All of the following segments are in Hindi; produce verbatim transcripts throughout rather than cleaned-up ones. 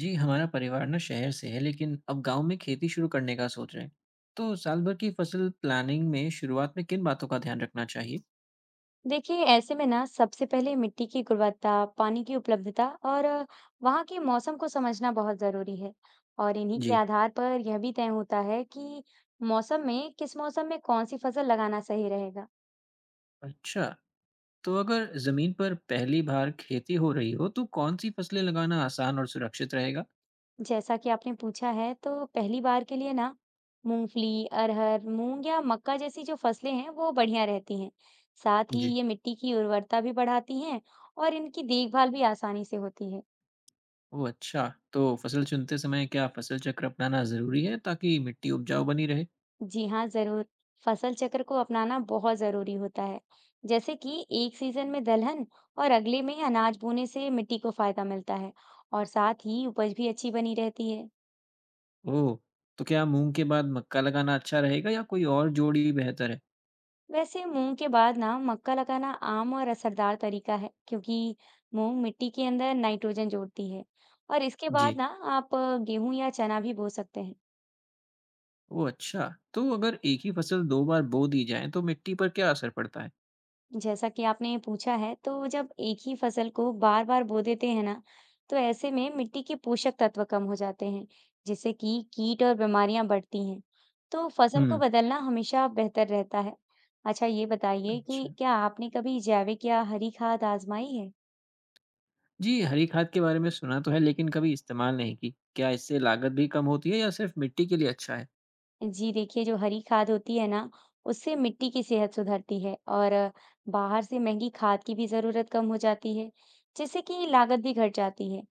जी हमारा परिवार ना शहर से है, लेकिन अब गांव में खेती शुरू करने का सोच रहे हैं। तो साल भर की फसल प्लानिंग में शुरुआत में किन बातों का ध्यान रखना चाहिए? देखिए ऐसे में ना सबसे पहले मिट्टी की गुणवत्ता, पानी की उपलब्धता और अ, वहाँ के मौसम को समझना बहुत जरूरी है। और इन्हीं के जी। आधार पर यह भी तय होता है कि मौसम में किस मौसम में कौन सी फसल लगाना सही रहेगा। अच्छा, तो अगर जमीन पर पहली बार खेती हो रही हो तो कौन सी फसलें लगाना आसान और सुरक्षित रहेगा? जैसा कि आपने पूछा है तो पहली बार के लिए ना मूंगफली, अरहर, मूंग या मक्का जैसी जो फसलें हैं वो बढ़िया रहती हैं। साथ ही जी। ये मिट्टी की उर्वरता भी बढ़ाती हैं और इनकी देखभाल भी आसानी से होती है। ओ अच्छा, तो फसल चुनते समय क्या फसल चक्र अपनाना जरूरी है ताकि मिट्टी उपजाऊ बनी रहे? जी हाँ, ज़रूर। फसल चक्र को अपनाना बहुत ज़रूरी होता है। जैसे कि एक सीज़न में दलहन और अगले में अनाज बोने से मिट्टी को फ़ायदा मिलता है और साथ ही उपज भी अच्छी बनी रहती है। ओह, तो क्या मूंग के बाद मक्का लगाना अच्छा रहेगा या कोई और जोड़ी बेहतर है? वैसे मूंग के बाद ना मक्का लगाना आम और असरदार तरीका है, क्योंकि मूंग मिट्टी के अंदर नाइट्रोजन जोड़ती है। और इसके बाद जी। ना आप गेहूं या चना भी बो सकते हैं। ओह अच्छा! तो अगर एक ही फसल दो बार बो दी जाए तो मिट्टी पर क्या असर पड़ता है? जैसा कि आपने पूछा है तो जब एक ही फसल को बार बार बो देते हैं ना, तो ऐसे में मिट्टी के पोषक तत्व कम हो जाते हैं, जिससे कि कीट और बीमारियां बढ़ती हैं। तो फसल को हुँ। बदलना हमेशा बेहतर रहता है। अच्छा ये बताइए कि अच्छा। क्या आपने कभी जैविक या हरी खाद आजमाई है। जी, हरी खाद के बारे में सुना तो है, लेकिन कभी इस्तेमाल नहीं की। क्या इससे लागत भी कम होती है या सिर्फ मिट्टी के लिए अच्छा है? जी देखिए, जो हरी खाद होती है ना, उससे मिट्टी की सेहत सुधरती है और बाहर से महँगी खाद की भी ज़रूरत कम हो जाती है, जिससे कि लागत भी घट जाती है।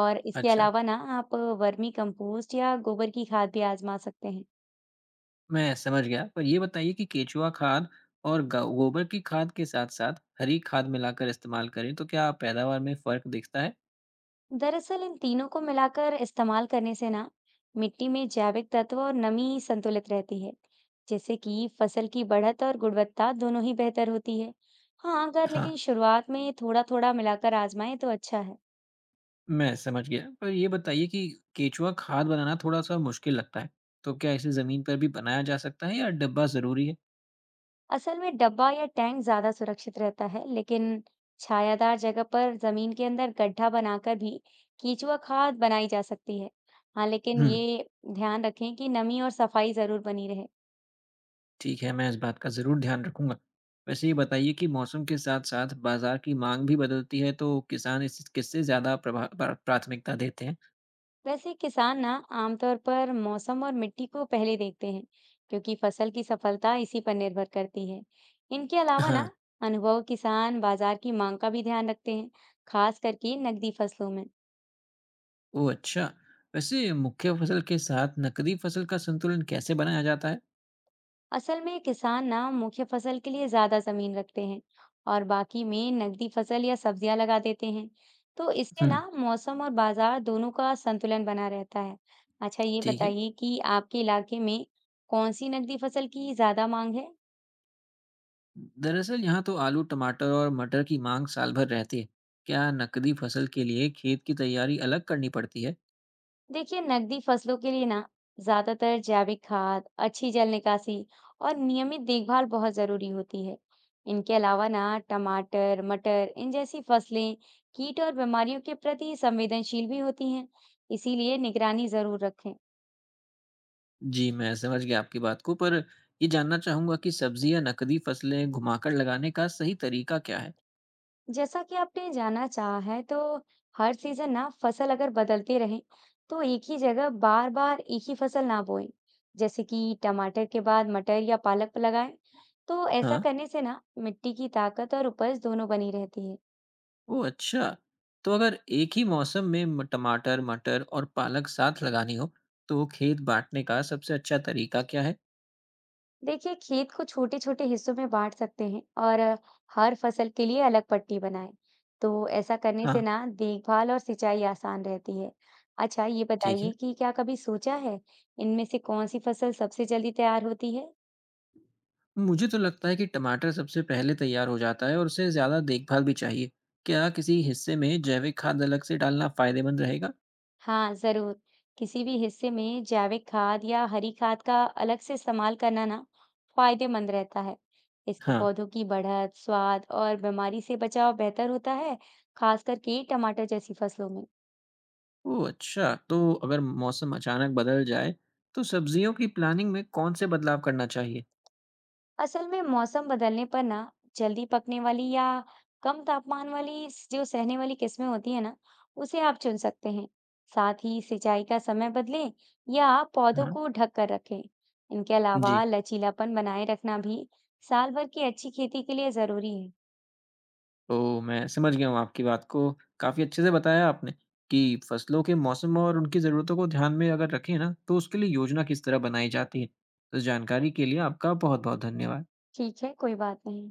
और इसके अच्छा, अलावा ना आप वर्मी कंपोस्ट या गोबर की खाद भी आज़मा सकते हैं। मैं समझ गया। पर ये बताइए कि केचुआ खाद और ग गोबर की खाद के साथ-साथ हरी खाद मिलाकर इस्तेमाल करें तो क्या पैदावार में फ़र्क दिखता है? दरअसल इन तीनों को मिलाकर इस्तेमाल करने से ना मिट्टी में जैविक तत्व और नमी संतुलित रहती है, जिससे कि फसल की बढ़त और गुणवत्ता दोनों ही बेहतर होती है। हाँ, अगर हाँ, लेकिन शुरुआत में थोड़ा-थोड़ा मिलाकर आज़माएं तो अच्छा है। मैं समझ गया। पर ये बताइए कि केचुआ खाद बनाना थोड़ा-सा मुश्किल लगता है। तो क्या इसे ज़मीन पर भी बनाया जा सकता है या डब्बा ज़रूरी है? असल में डब्बा या टैंक ज्यादा सुरक्षित रहता है, लेकिन छायादार जगह पर जमीन के अंदर गड्ढा बनाकर भी केंचुआ खाद बनाई जा सकती है। हाँ, लेकिन हुँ। ये ध्यान रखें कि नमी और सफाई जरूर बनी रहे। ठीक है, मैं इस बात का ज़रूर ध्यान रखूँगा। वैसे ये बताइए कि मौसम के साथ-साथ बाज़ार की माँग भी बदलती है, तो किसान इस किससे ज़्यादा प्रभा प्रा प्राथमिकता देते हैं? वैसे किसान ना आमतौर पर मौसम और मिट्टी को पहले देखते हैं, क्योंकि फसल की सफलता इसी पर निर्भर करती है। इनके अलावा ना हाँ। अनुभव किसान बाजार की मांग का भी ध्यान रखते हैं, खास करके नकदी फसलों में। ओह अच्छा। वैसे मुख्य फसल के साथ नकदी फसल का संतुलन कैसे बनाया जाता है? असल में किसान ना मुख्य फसल के लिए ज्यादा जमीन रखते हैं और बाकी में नगदी फसल या सब्जियां लगा देते हैं। तो इससे हुँ। ना मौसम और बाजार दोनों का संतुलन बना रहता है। अच्छा ये ठीक है। बताइए कि आपके इलाके में कौन सी नगदी फसल की ज्यादा मांग है। दरअसल यहाँ तो आलू, टमाटर और मटर की माँग साल भर रहती है। क्या नकदी फसल के लिए खेत की तैयारी अलग करनी पड़ती है? देखिए नकदी फसलों के लिए ना ज्यादातर जैविक खाद, अच्छी जल निकासी और नियमित देखभाल बहुत जरूरी होती है। इनके अलावा ना टमाटर, मटर इन जैसी फसलें कीट और बीमारियों के प्रति संवेदनशील भी होती हैं, इसीलिए निगरानी जरूर रखें। जी, मैं समझ गया आपकी बात को, पर ये जानना चाहूँगा कि सब्ज़ी या नकदी फसलें घुमाकर लगाने का सही तरीका क्या है? जैसा कि आपने जाना चाहा है तो हर सीजन ना फसल अगर बदलती रहे, तो एक ही जगह बार बार एक ही फसल ना बोएं। जैसे कि टमाटर के बाद मटर या पालक लगाएं, तो ऐसा हाँ। करने से ना मिट्टी की ताकत और उपज दोनों बनी रहती है। ओह अच्छा! तो अगर एक ही मौसम में म टमाटर, मटर और पालक साथ लगानी हो, तो खेत बाँटने का सबसे अच्छा तरीका क्या है? देखिए खेत को छोटे छोटे हिस्सों में बांट सकते हैं और हर फसल के लिए अलग पट्टी बनाएं, तो ऐसा करने हाँ। से ना देखभाल और सिंचाई आसान रहती है। अच्छा ये ठीक है। बताइए कि क्या कभी सोचा है इनमें से कौन सी फसल सबसे जल्दी तैयार होती है। मुझे तो लगता है कि टमाटर सबसे पहले तैयार हो जाता है और उसे ज़्यादा देखभाल भी चाहिए। क्या किसी हिस्से में जैविक खाद अलग से डालना फ़ायदेमंद रहेगा? हाँ जरूर, किसी भी हिस्से में जैविक खाद या हरी खाद का अलग से इस्तेमाल करना ना फायदेमंद रहता है। इससे हाँ। पौधों की बढ़त, स्वाद और बीमारी से बचाव बेहतर होता है, खास करके टमाटर जैसी फसलों में। ओह अच्छा, तो अगर मौसम अचानक बदल जाए, तो सब्जियों की प्लानिंग में कौन से बदलाव करना चाहिए? असल में मौसम बदलने पर ना जल्दी पकने वाली या कम तापमान वाली स- जो सहने वाली किस्में होती है ना, उसे आप चुन सकते हैं। साथ ही सिंचाई का समय बदलें या पौधों हाँ। को ढक कर रखें। इनके अलावा जी, लचीलापन बनाए रखना भी साल भर की अच्छी खेती के लिए जरूरी है। तो मैं समझ गया हूँ आपकी बात को, काफ़ी अच्छे से बताया आपने कि फसलों के मौसम और उनकी ज़रूरतों को ध्यान में अगर रखें ना, तो उसके लिए योजना किस तरह बनाई जाती है। इस जानकारी के लिए आपका बहुत-बहुत धन्यवाद। ठीक है, कोई बात नहीं।